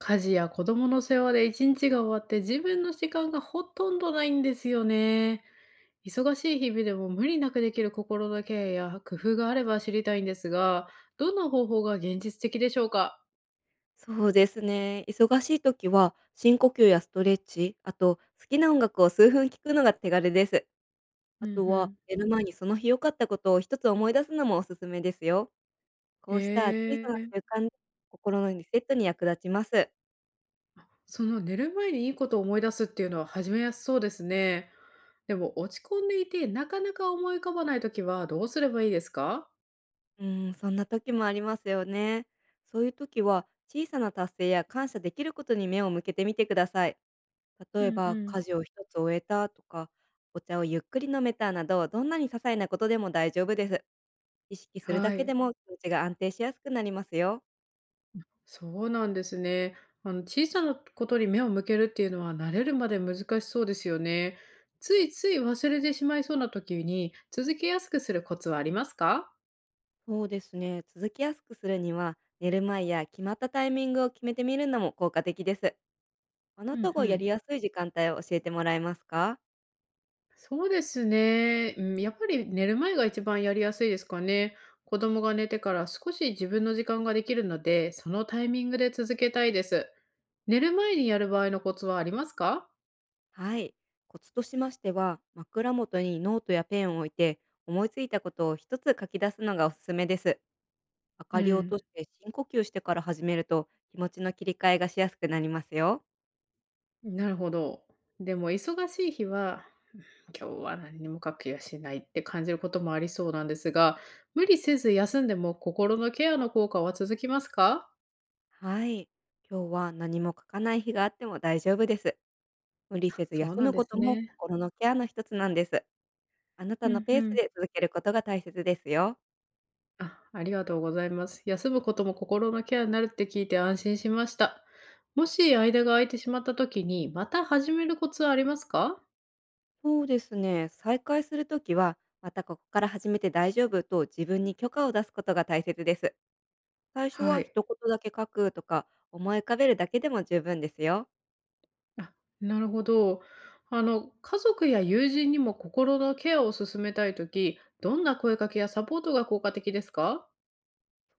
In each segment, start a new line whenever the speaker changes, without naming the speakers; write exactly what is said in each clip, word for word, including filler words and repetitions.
家事や子供の世話で一日が終わって自分の時間がほとんどないんですよね。忙しい日々でも無理なくできる心のケアや工夫があれば知りたいんですが、どんな方法が現実的でしょうか。
そうですね。忙しい時は深呼吸やストレッチ、あと好きな音楽を数分聴くのが手軽です。
う
あ
んう
とは
ん。
寝る前にその日良かったことを一つ思い出すのもおすすめですよ。こうした小さ
へ
な
え。
習慣、心のリセットに役立ちます。
その寝る前にいいことを思い出すっていうのは始めやすそうですね。でも落ち込んでいてなかなか思い浮かばないときはどうすればいいですか。
うん、そんな時もありますよね。そういう時は小さな達成や感謝できることに目を向けてみてください。例
う
え
んう
ば
ん。
家事を一つ終えたとか、お茶をゆっくり飲めたなど、どんなに些細なことでも大丈夫です。意識するだ
は
けで
い。
も気持ちが安定しやすくなりますよ。
そうなんですね。あの、小さなことに目を向けるっていうのは慣れるまで難しそうですよね。ついつい忘れてしまいそうな時に続けやすくするコツはありますか？
そうですね。続きやすくするには、寝る前や決まったタイミングを決めてみるのも効果的です。あな
う
た
んう
がやり
ん。
やすい時間帯を教えてもらえますか？
そうですね。うん、やっぱり寝る前が一番やりやすいですかね。子供が寝てから少し自分の時間ができるので、そのタイミングで続けたいです。寝る前にやる場合のコツはありますか？
はい。コツとしましては、枕元にノートやペンを置いて、思いついたことを一つ書き出すのがおすすめです。明
う
かりを落と
ん。
して深呼吸してから始めると、気持ちの切り替えがしやすくなりますよ。
なるほど。でも忙しい日は今日は何にも書く気がしないって感じることもありそうなんですが、無理せず休んでも心のケアの効果は続きますか？
はい。今日は何も書かない日があっても大丈夫です。無理せず
そう
休
なん
む
で
こ
す
とも
ね。
心のケアの一つなんです。あな
う
たの
んう
ペース
ん。
で続けることが大切ですよ。
あ、ありがとうございます。休むことも心のケアになるって聞いて安心しました。もし間が空いてしまった時に、また始めるコツはありますか？
そうですね。再開するときは、またここから始めて大丈夫と自分に許可を出すことが大切です。最初
は
は
い。
一言だけ書くとか、思い浮かべるだけでも十分ですよ。
あ、なるほど。あの、家族や友人にも心のケアを進めたい時、どんな声かけやサポートが効果的ですか？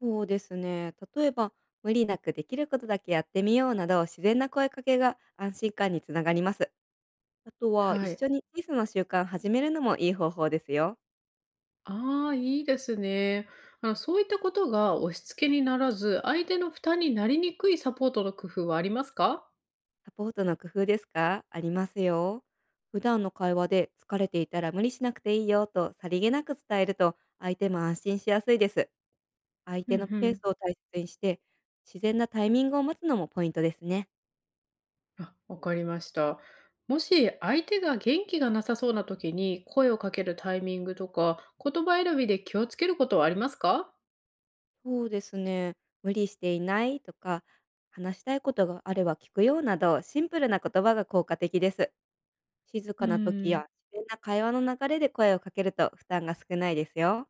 そうですね。例えば、無理なくできることだけやってみようなど、自然な声かけが安心感につながります。あとは、
は
一
い。
緒に小さな習慣始めるのもいい方法ですよ。
ああ、いいですね。あの、そういったことが押し付けにならず、相手の負担になりにくいサポートの工夫はありますか。
サポートの工夫ですか、ありますよ。普段の会話で疲れていたら無理しなくていいよとさりげなく伝えると相手も安心しやすいです。相
うん
手
う
のペー
ん。
スを大切にして、自然なタイミングを待つのもポイントですね。
あ、わかりました。もし相手が元気がなさそうな時に声をかけるタイミングとか、言葉選びで気をつけることはありますか。
そうですね。無理していないとか、話したいことがあれば聞くよなど、シンプルな言葉が効果的です。静
う
かな時
ーん。
や自然な会話の流れで声をかけると負担が少ないですよ。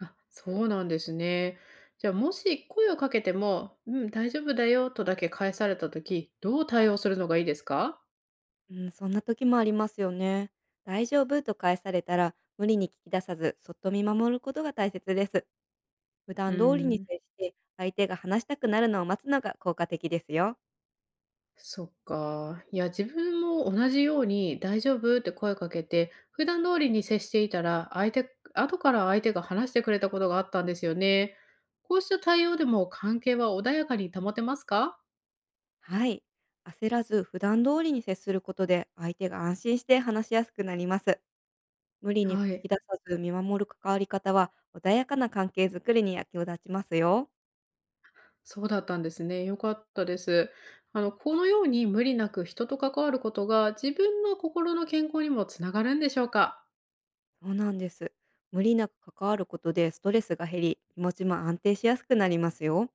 あ、そうなんですね。じゃあ、もし声をかけても、うん、大丈夫だよとだけ返された時、どう対応するのがいいですか。
うん、そんな時もありますよね。大丈夫と返されたら、無理に聞き出さず、そっと見守ることが大切です。普
う
段通りに
ーん。
接して、相手が話したくなるのを待つのが効果的ですよ。
そっか。いや、自分も同じように「大丈夫？」って声かけて、普段通りに接していたら、相手後から相手が話してくれたことがあったんですよね。こうした対応でも関係は穏やかに保てますか？
はい。焦らず、普段通りに接することで、相手が安心して話しやすくなります。無理に聞
は
き
い、
出さず見守る関わり方は、穏やかな関係づくりに役立ちますよ。
そうだったんですね。良かったです。あの、このように無理なく人と関わることが、自分の心の健康にもつながるんでしょうか？
そうなんです。無理なく関わることでストレスが減り、気持ちも安定しやすくなりますよ。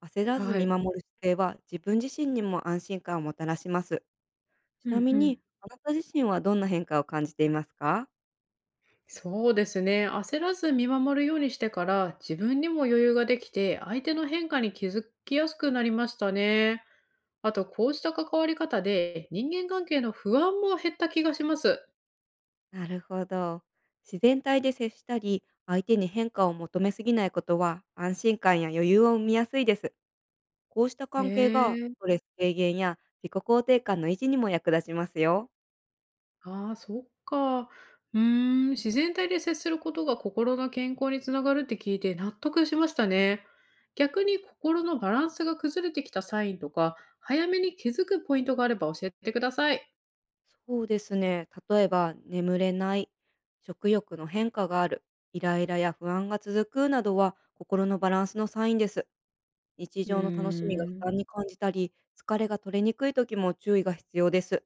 焦らず
は
見
い。
守る姿勢は自分自身にも安心感をもたらします。ち
う
な
ん
み
うん。
に、あなた自身はどんな変化を感じていますか？
そうですね。焦らず見守るようにしてから、自分にも余裕ができて、相手の変化に気づきやすくなりましたね。あと、こうした関わり方で、人間関係の不安も減った気がします。
なるほど。自然体で接したり、相手に変化を求めすぎないことは安心感や余裕を生みやすいです。こうした
へ
関係がス
え。
トレス軽減や自己肯定感の維持にも役立ちますよ。
ああ、そっか。うーん、自然体で接することが心の健康につながるって聞いて納得しましたね。逆に心のバランスが崩れてきたサインとか、早めに気づくポイントがあれば教えてください。
そうですね。例えば、眠れない、食欲の変化がある、イライラや不安が続くなどは心のバランスのサインです。日
うー
常の楽しみが負
ん、
担に感じたり、疲れが取れにくい時も注意が必要です。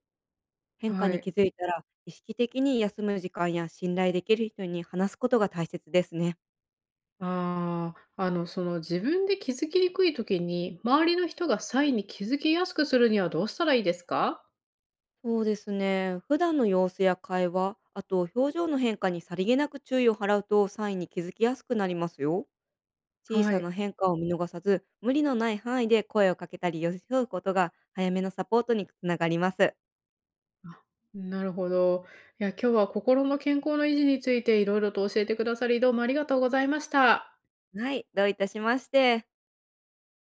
変化
は
に気
い。
づいたら、意識的に休む時間や信頼できる人に話すことが大切ですね。
ああ、あの、その自分で気づきにくい時に、周りの人がサインに気づきやすくするにはどうしたらいいですか？
そうですね。普段の様子や会話、あと表情の変化にさりげなく注意を払うとサインに気づきやすくなりますよ。小
は
さな
い。
変化を見逃さず、無理のない範囲で声をかけたり寄り添うことが早めのサポートにつながります。
あ、なるほど。いや、今日は心の健康の維持についていろいろと教えてくださり、どうもありがとうございました。
はい、どういたしまして。